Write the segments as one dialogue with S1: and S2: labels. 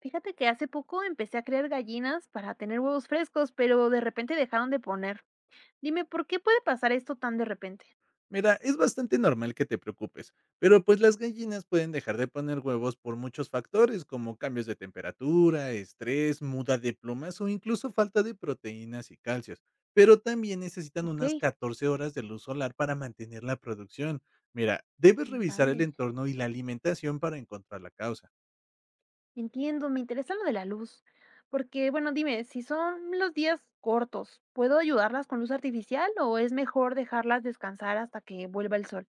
S1: Fíjate que hace poco empecé a criar gallinas para tener huevos frescos, pero de repente dejaron de poner. Dime, ¿por qué puede pasar esto tan de repente?
S2: Mira, es bastante normal que te preocupes, pero pues las gallinas pueden dejar de poner huevos por muchos factores como cambios de temperatura, estrés, muda de plumas o incluso falta de proteínas y calcios. Pero también necesitan
S1: Ok,
S2: unas 14 horas de luz solar para mantener la producción. Mira, debes revisar el
S1: vale,
S2: entorno y la alimentación para encontrar la causa.
S1: entiendo, me interesa lo de la luz. Porque, bueno, dime, si son los días cortos, ¿puedo ayudarlas con luz artificial o es mejor dejarlas descansar hasta que vuelva el sol?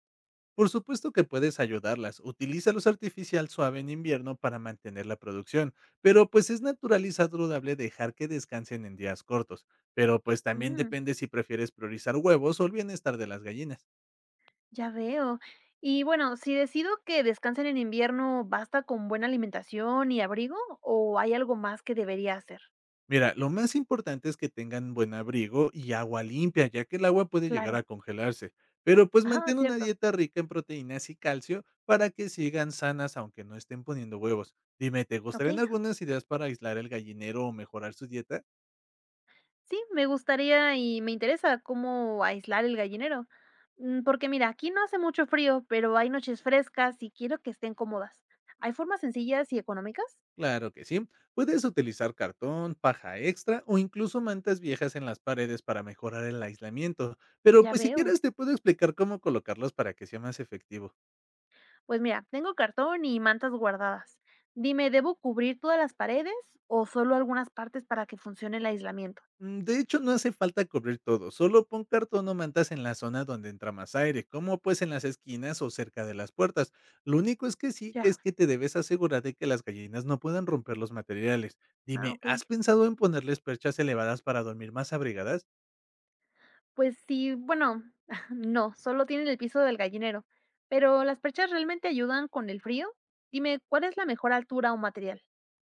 S2: Por supuesto que puedes ayudarlas. Utiliza luz artificial suave en invierno para mantener la producción, pero pues es natural y saludable dejar que descansen en días cortos. Pero pues también
S1: Mm,
S2: depende si prefieres priorizar huevos o el bienestar de las gallinas.
S1: ya veo. Y bueno, si decido que descansen en invierno, ¿basta con buena alimentación y abrigo o hay algo más que debería hacer?
S2: Mira, lo más importante es que tengan buen abrigo y agua limpia, ya que el agua puede llegar
S1: Claro.
S2: a congelarse. Pero pues
S1: Ah,
S2: mantén una
S1: cierto.
S2: dieta rica en proteínas y calcio para que sigan sanas aunque no estén poniendo huevos. Dime, ¿te
S1: Ok,
S2: gustarían algunas ideas para aislar el gallinero o mejorar su dieta?
S1: sí, me gustaría y me interesa cómo aislar el gallinero. Porque mira, aquí no hace mucho frío, pero hay noches frescas y quiero que estén cómodas. ¿Hay formas sencillas y económicas?
S2: Claro que sí. Puedes utilizar cartón, paja extra o incluso mantas viejas en las paredes para mejorar el aislamiento. Pero
S1: Ya
S2: pues si
S1: veo.
S2: quieres te puedo explicar cómo colocarlos para que sea más efectivo.
S1: Pues mira, tengo cartón y mantas guardadas. Dime, ¿debo cubrir todas las paredes o solo algunas partes para que funcione el aislamiento?
S2: De hecho, no hace falta cubrir todo, solo pon cartón o mantas en la zona donde entra más aire, como pues en las esquinas o cerca de las puertas. Lo único es que sí, es
S1: Ya.
S2: que te debes asegurar de que las gallinas no puedan romper los materiales.
S1: Ah,
S2: Dime,
S1: ok.
S2: ¿has pensado en ponerles perchas elevadas para dormir más abrigadas?
S1: Pues sí, bueno, no, solo tienen el piso del gallinero, pero ¿las perchas realmente ayudan con el frío? Dime, ¿cuál es la mejor altura o material?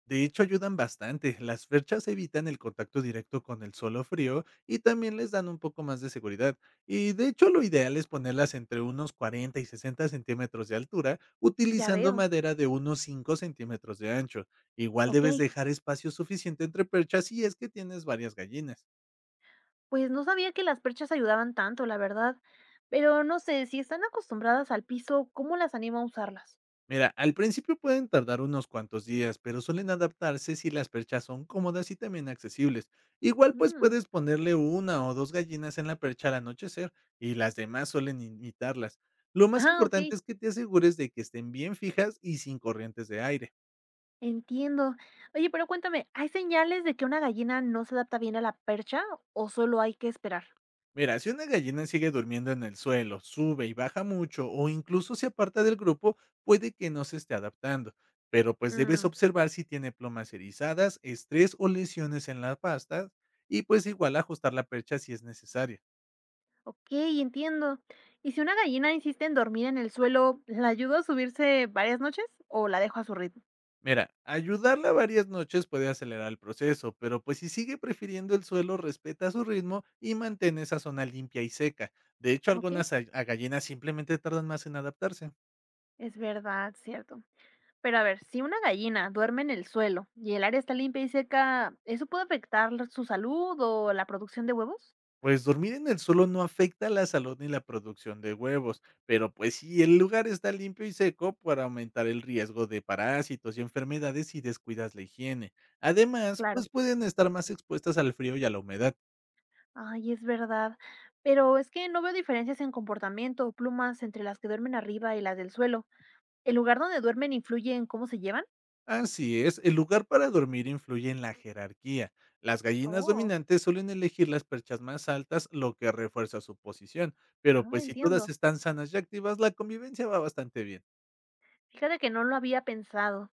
S2: De hecho, ayudan bastante. Las perchas evitan el contacto directo con el sol o frío y también les dan un poco más de seguridad. Y de hecho, lo ideal es ponerlas entre unos 40 y 60 centímetros de altura,
S1: Ya
S2: utilizando
S1: veo,
S2: madera de unos 5 centímetros de ancho. Igual debes
S1: okey.
S2: dejar espacio suficiente entre perchas si es que tienes varias gallinas.
S1: Pues no sabía que las perchas ayudaban tanto, la verdad. Pero no sé, si están acostumbradas al piso, ¿cómo las animo a usarlas?
S2: Mira, al principio pueden tardar unos cuantos días, pero suelen adaptarse si las perchas son cómodas y también accesibles. Igual pues
S1: Mm,
S2: puedes ponerle una o dos gallinas en la percha al anochecer y las demás suelen imitarlas. Lo más
S1: ah,
S2: importante
S1: okey,
S2: es que te asegures de que estén bien fijas y sin corrientes de aire.
S1: entiendo. Oye, pero cuéntame, ¿hay señales de que una gallina no se adapta bien a la percha o solo hay que esperar?
S2: Mira, si una gallina sigue durmiendo en el suelo, sube y baja mucho o incluso se aparta del grupo, puede que no se esté adaptando. Pero pues debes
S1: Mm,
S2: observar si tiene plumas erizadas, estrés o lesiones en las pastas y pues igual ajustar la percha si es necesario.
S1: Okey, entiendo. ¿Y si una gallina insiste en dormir en el suelo, la ayudo a subirse varias noches o la dejo a su ritmo?
S2: Mira, ayudarla varias noches puede acelerar el proceso, pero pues si sigue prefiriendo el suelo, respeta su ritmo y mantén esa zona limpia y seca. De hecho,
S1: Okey,
S2: algunas a gallinas simplemente tardan más en adaptarse.
S1: es verdad, cierto. Pero a ver, si una gallina duerme en el suelo y el área está limpia y seca, ¿eso puede afectar su salud o la producción de huevos?
S2: Pues dormir en el suelo no afecta a la salud ni la producción de huevos, pero pues si el lugar está limpio y seco para aumentar el riesgo de parásitos y enfermedades si descuidas la higiene. Además,
S1: Claro.
S2: pues pueden estar más expuestas al frío y a la humedad.
S1: Ay, es verdad. Pero es que no veo diferencias en comportamiento o plumas entre las que duermen arriba y las del suelo. ¿El lugar donde duermen influye en cómo se llevan?
S2: Así es, el lugar para dormir influye en la jerarquía. Las gallinas
S1: Oh,
S2: dominantes suelen elegir las perchas más altas, lo que refuerza su posición, pero
S1: ah,
S2: pues si todas
S1: entiendo.
S2: están sanas y activas, la convivencia va bastante bien.
S1: Fíjate que no lo había pensado.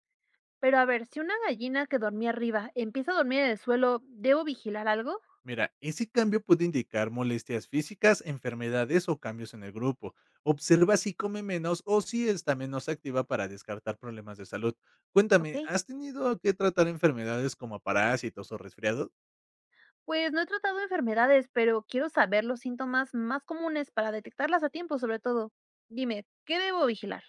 S1: Pero a ver, si una gallina que dormía arriba empieza a dormir en el suelo, ¿debo vigilar algo?
S2: Mira, ese cambio puede indicar molestias físicas, enfermedades o cambios en el grupo. Observa si come menos o si está menos activa para descartar problemas de salud.
S1: Ok.
S2: Cuéntame, ¿has tenido que tratar enfermedades como parásitos o resfriados?
S1: Pues no he tratado enfermedades, pero quiero saber los síntomas más comunes para detectarlas a tiempo, sobre todo. Dime, ¿qué debo vigilar?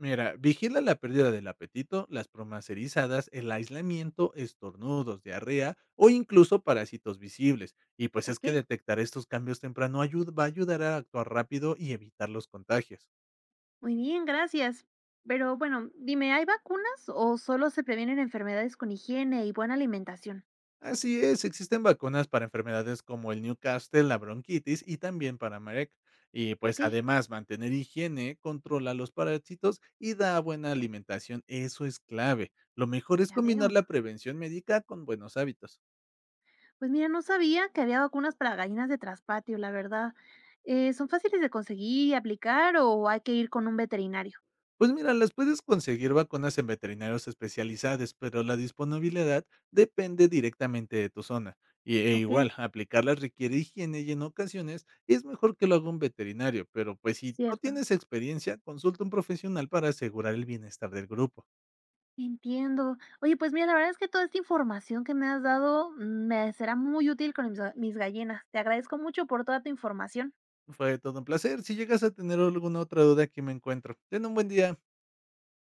S2: Mira, vigila la pérdida del apetito, las plumas erizadas, el aislamiento, estornudos, diarrea o incluso parásitos visibles. Y pues es
S1: Ok,
S2: que detectar estos cambios temprano ayuda, va a ayudar a actuar rápido y evitar los contagios.
S1: muy bien, gracias. Pero bueno, dime, ¿hay vacunas o solo se previenen enfermedades con higiene y buena alimentación?
S2: Así es, existen vacunas para enfermedades como el Newcastle, la bronquitis y también para Marek. Y pues
S1: Ok,
S2: además mantener higiene, controla los parásitos y da buena alimentación, eso es clave. Lo mejor es
S1: ya
S2: combinar
S1: veo.
S2: la prevención médica con buenos hábitos.
S1: Pues mira, no sabía que había vacunas para gallinas de traspatio, la verdad. ¿Son fáciles de conseguir y aplicar o hay que ir con un veterinario?
S2: Pues mira, las puedes conseguir vacunas en veterinarios especializados, pero la disponibilidad depende directamente de tu zona. Y
S1: Ok,
S2: igual, aplicarlas requiere higiene y en ocasiones es mejor que lo haga un veterinario, pero pues si no
S1: cierto.
S2: tienes experiencia, consulta a un profesional para asegurar el bienestar del grupo.
S1: Entiendo. Oye, pues mira, la verdad es que toda esta información que me has dado, me será muy útil con mis gallinas. Te agradezco mucho por toda tu información.
S2: Fue todo un placer. Si llegas a tener alguna otra duda, aquí me encuentro. Ten un buen día.